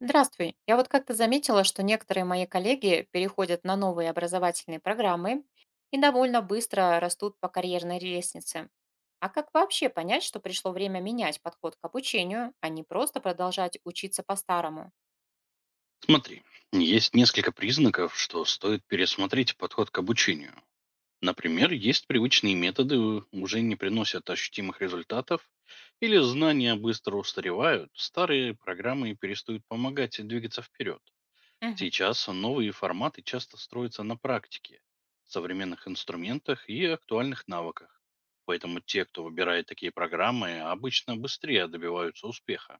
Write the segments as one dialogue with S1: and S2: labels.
S1: Здравствуй. Я вот как-то заметила, что некоторые мои коллеги переходят на новые образовательные программы и довольно быстро растут по карьерной лестнице. А как вообще понять, что пришло время менять подход к обучению, а не просто продолжать учиться по-старому?
S2: Смотри, есть несколько признаков, что стоит пересмотреть подход к обучению. Например, есть привычные методы, уже не приносят ощутимых результатов, или знания быстро устаревают, старые программы перестают помогать и двигаться вперед.
S1: Мгм.
S2: Сейчас новые форматы часто строятся на практике, современных инструментах и актуальных навыках. Поэтому те, кто выбирает такие программы, обычно быстрее добиваются успеха.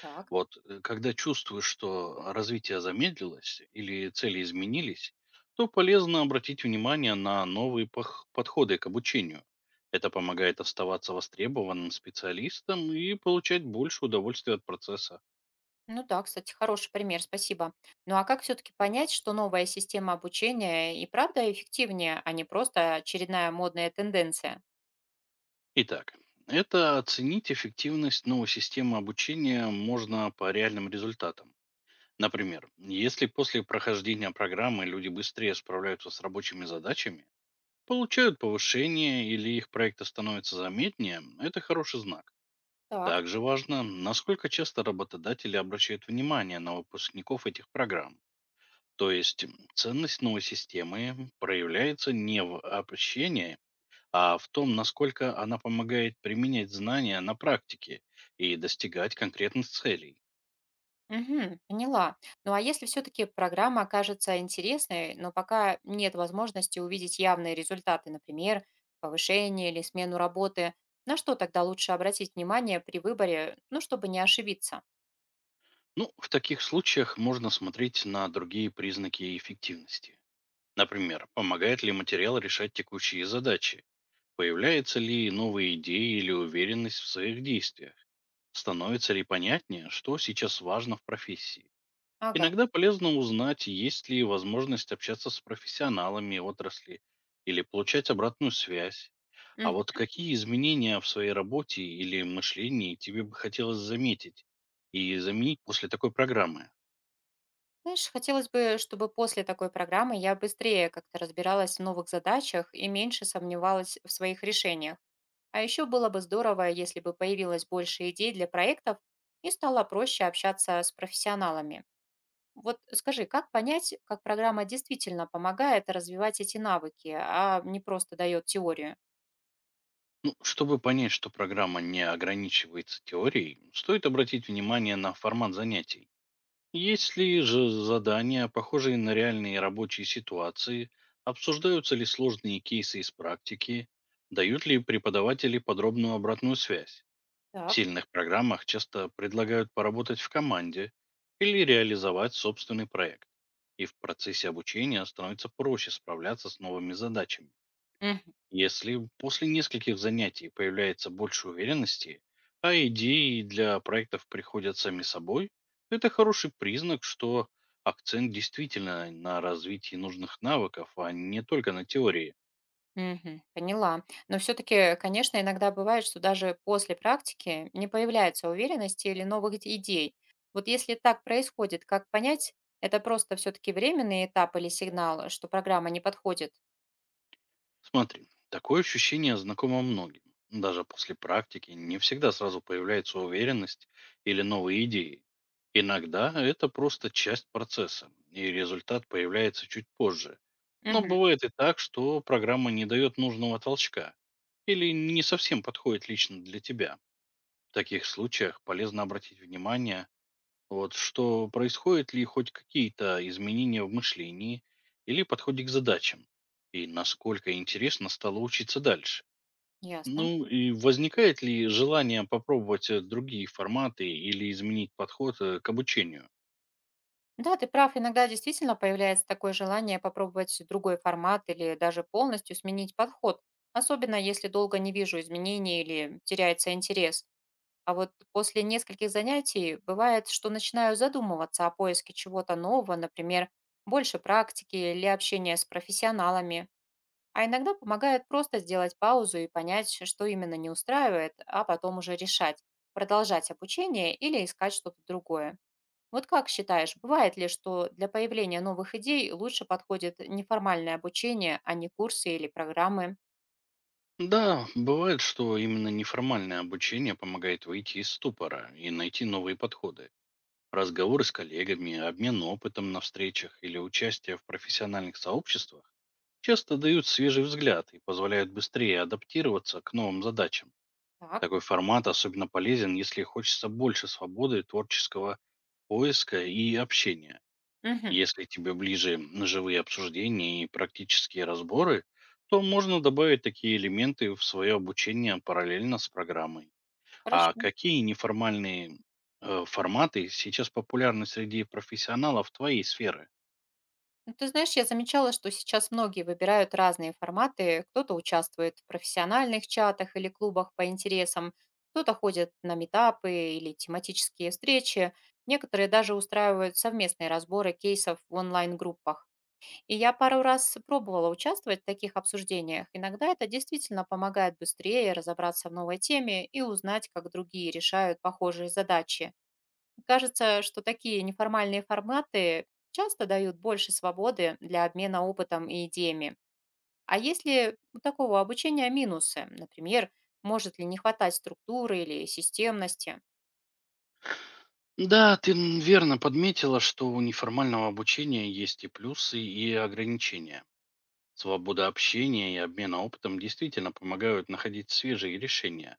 S1: Так.
S2: Вот, когда чувствуешь, что развитие замедлилось или цели изменились, то полезно обратить внимание на новые подходы к обучению. Это помогает оставаться востребованным специалистом и получать больше удовольствия от процесса.
S1: Ну да, кстати, хороший пример, спасибо. Ну а как все-таки понять, что новая система обучения и правда эффективнее, а не просто очередная модная тенденция?
S2: Итак, это оценить эффективность новой системы обучения можно по реальным результатам. Например, если после прохождения программы люди быстрее справляются с рабочими задачами, получают повышение или их проекты становятся заметнее, это хороший знак.
S1: Так.
S2: Также важно, насколько часто работодатели обращают внимание на выпускников этих программ. То есть ценность новой системы проявляется не в общении, а в том, насколько она помогает применять знания на практике и достигать конкретных целей.
S1: Мгм. Поняла. Ну а если все-таки программа окажется интересной, но пока нет возможности увидеть явные результаты, например, повышение или смену работы, на что тогда лучше обратить внимание при выборе, ну, чтобы не ошибиться?
S2: Ну, в таких случаях можно смотреть на другие признаки эффективности. Например, помогает ли материал решать текущие задачи? Появляются ли новые идеи или уверенность в своих действиях? Становится ли понятнее, что сейчас важно в профессии?
S1: Ага.
S2: Иногда полезно узнать, есть ли возможность общаться с профессионалами отрасли или получать обратную связь. А
S1: Мгм.
S2: вот какие изменения в своей работе или мышлении тебе бы хотелось заметить и заменить после такой программы?
S1: Знаешь, хотелось бы, чтобы после такой программы я быстрее как-то разбиралась в новых задачах и меньше сомневалась в своих решениях. А еще было бы здорово, если бы появилось больше идей для проектов и стало проще общаться с профессионалами. Вот скажи, как понять, как программа действительно помогает развивать эти навыки, а не просто дает теорию?
S2: Ну, чтобы понять, что программа не ограничивается теорией, стоит обратить внимание на формат занятий. Есть ли же задания, похожие на реальные рабочие ситуации? Обсуждаются ли сложные кейсы из практики? Дают ли преподаватели подробную обратную связь? В
S1: Так.
S2: сильных программах часто предлагают поработать в команде или реализовать собственный проект. И в процессе обучения становится проще справляться с новыми задачами.
S1: Мгм.
S2: Если после нескольких занятий появляется больше уверенности, а идеи для проектов приходят сами собой, это хороший признак, что акцент действительно на развитии нужных навыков, а не только на теории.
S1: Мгм. Поняла. Но все-таки, конечно, иногда бывает, что даже после практики не появляется уверенности или новых идей. Вот если так происходит, как понять, это просто все-таки временный этап или сигнал, что программа не подходит?
S2: Смотри, такое ощущение знакомо многим. Даже после практики не всегда сразу появляется уверенность или новые идеи. Иногда это просто часть процесса, и результат появляется чуть позже. Но
S1: Мгм.
S2: бывает и так, что программа не дает нужного толчка или не совсем подходит лично для тебя. В таких случаях полезно обратить внимание, вот, что происходит ли хоть какие-то изменения в мышлении или подходе к задачам, и насколько интересно стало учиться дальше.
S1: Ясно.
S2: Ну и возникает ли желание попробовать другие форматы или изменить подход к обучению?
S1: Да, ты прав, иногда действительно появляется такое желание попробовать другой формат или даже полностью сменить подход, особенно если долго не вижу изменений или теряется интерес. А вот после нескольких занятий бывает, что начинаю задумываться о поиске чего-то нового, например, больше практики или общения с профессионалами. А иногда помогает просто сделать паузу и понять, что именно не устраивает, а потом уже решать, продолжать обучение или искать что-то другое. Вот как считаешь, бывает ли, что для появления новых идей лучше подходит неформальное обучение, а не курсы или программы?
S2: Да, бывает, что именно неформальное обучение помогает выйти из ступора и найти новые подходы. Разговоры с коллегами, обмен опытом на встречах или участие в профессиональных сообществах часто дают свежий взгляд и позволяют быстрее адаптироваться к новым задачам.
S1: Так,
S2: Такой формат особенно полезен, если хочется больше свободы творческого поиска и общения.
S1: мгм,
S2: Если тебе ближе живые обсуждения и практические разборы, то можно добавить такие элементы в свое обучение параллельно с программой. А
S1: хорошо.
S2: какие неформальные форматы сейчас популярны среди профессионалов твоей сферы?
S1: Ну, ты знаешь, я замечала, что сейчас многие выбирают разные форматы. Кто-то участвует в профессиональных чатах или клубах по интересам, кто-то ходит на метапы или тематические встречи, некоторые даже устраивают совместные разборы кейсов в онлайн-группах. И я пару раз пробовала участвовать в таких обсуждениях. Иногда это действительно помогает быстрее разобраться в новой теме и узнать, как другие решают похожие задачи. Кажется, что такие неформальные форматы часто дают больше свободы для обмена опытом и идеями. А если у такого обучения минусы? Например, может ли не хватать структуры или системности?
S2: Да, ты верно подметила, что у неформального обучения есть и плюсы, и ограничения. Свобода общения и обмена опытом действительно помогают находить свежие решения,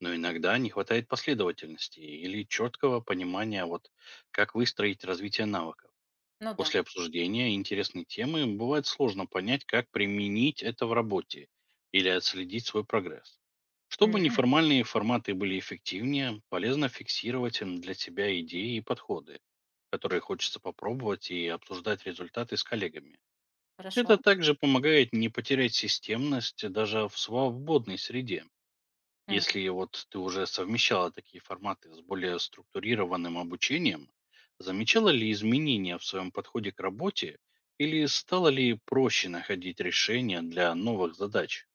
S2: но иногда не хватает последовательности или четкого понимания, вот, как выстроить развитие навыков.
S1: Ну да.
S2: После обсуждения интересной темы бывает сложно понять, как применить это в работе или отследить свой прогресс. Чтобы
S1: М,
S2: неформальные форматы были эффективнее, полезно фиксировать для себя идеи и подходы, которые хочется попробовать, и обсуждать результаты с коллегами.
S1: хорошо.
S2: Это также помогает не потерять системность даже в свободной среде. Если вот ты уже совмещала такие форматы с более структурированным обучением, замечала ли изменения в своем подходе к работе или стало ли проще находить решения для новых задач?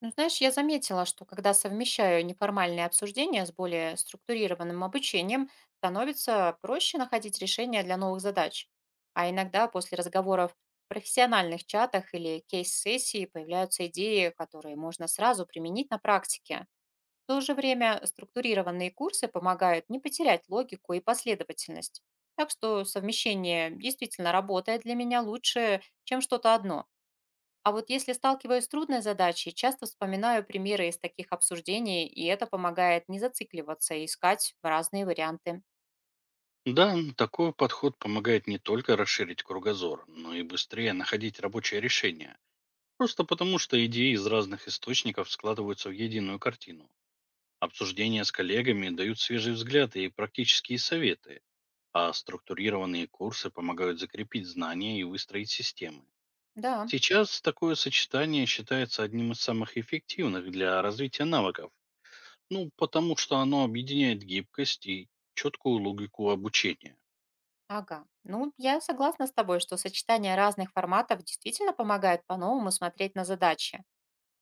S1: Ну, знаешь, я заметила, что когда совмещаю неформальные обсуждения с более структурированным обучением, становится проще находить решения для новых задач. А иногда после разговоров в профессиональных чатах или кейс-сессии появляются идеи, которые можно сразу применить на практике. В то же время структурированные курсы помогают не потерять логику и последовательность. Так что совмещение действительно работает для меня лучше, чем что-то одно. А вот если сталкиваюсь с трудной задачей, часто вспоминаю примеры из таких обсуждений, и это помогает не зацикливаться и искать разные варианты.
S2: Да, такой подход помогает не только расширить кругозор, но и быстрее находить рабочее решение. Просто потому, что идеи из разных источников складываются в единую картину. Обсуждения с коллегами дают свежий взгляд и практические советы, а структурированные курсы помогают закрепить знания и выстроить системы.
S1: Да,
S2: Сейчас такое сочетание считается одним из самых эффективных для развития навыков. Ну, потому что оно объединяет гибкость и четкую логику обучения.
S1: ага. Ну, я согласна с тобой, что сочетание разных форматов действительно помогает по-новому смотреть на задачи.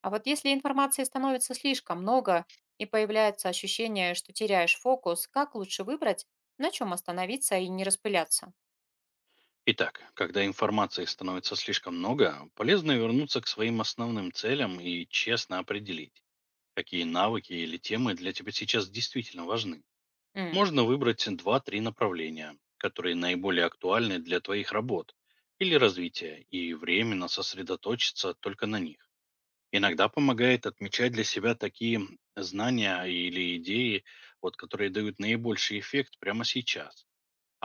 S1: А вот если информации становится слишком много и появляется ощущение, что теряешь фокус, как лучше выбрать, на чем остановиться и не распыляться?
S2: Итак, когда информации становится слишком много, полезно вернуться к своим основным целям и честно определить, какие навыки или темы для тебя сейчас действительно важны.
S1: М,
S2: Можно выбрать два-три направления, которые наиболее актуальны для твоих работ или развития, и временно сосредоточиться только на них. Иногда помогает отмечать для себя такие знания или идеи, вот, которые дают наибольший эффект прямо сейчас.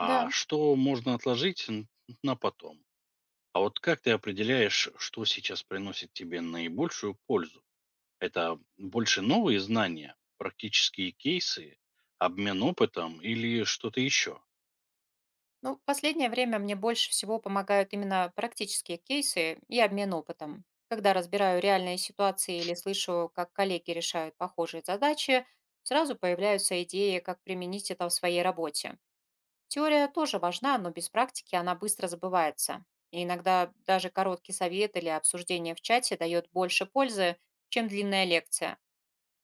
S1: Да,
S2: что можно отложить на потом? А вот как ты определяешь, что сейчас приносит тебе наибольшую пользу? Это больше новые знания, практические кейсы, обмен опытом или что-то еще?
S1: ну, в последнее время мне больше всего помогают именно практические кейсы и обмен опытом. Когда разбираю реальные ситуации или слышу, как коллеги решают похожие задачи, сразу появляются идеи, как применить это в своей работе. Теория тоже важна, но без практики она быстро забывается. И иногда даже короткий совет или обсуждение в чате дает больше пользы, чем длинная лекция.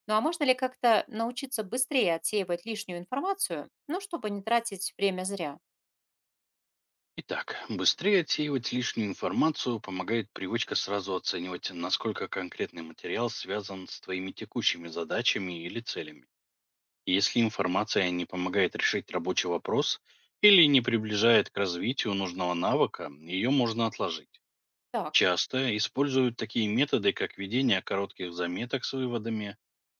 S1: Ну а можно ли как-то научиться быстрее отсеивать лишнюю информацию, ну, чтобы не тратить время зря?
S2: Итак, быстрее отсеивать лишнюю информацию помогает привычка сразу оценивать, насколько конкретный материал связан с твоими текущими задачами или целями. Если информация не помогает решить рабочий вопрос или не приближает к развитию нужного навыка, ее можно отложить.
S1: Так.
S2: Часто используют такие методы, как ведение коротких заметок с выводами,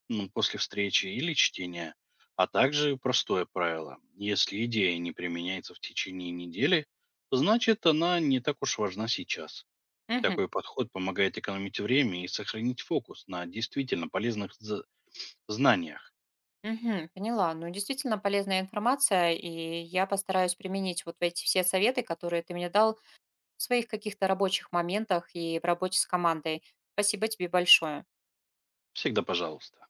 S2: после встречи или чтения, а также простое правило. Если идея не применяется в течение недели, значит она не так уж важна сейчас.
S1: Мгм.
S2: Такой подход помогает экономить время и сохранить фокус на действительно полезных знаниях.
S1: Мгм. Поняла. Ну, действительно полезная информация, и я постараюсь применить вот эти все советы, которые ты мне дал в своих каких-то рабочих моментах и в работе с командой. Спасибо тебе большое.
S2: Всегда пожалуйста.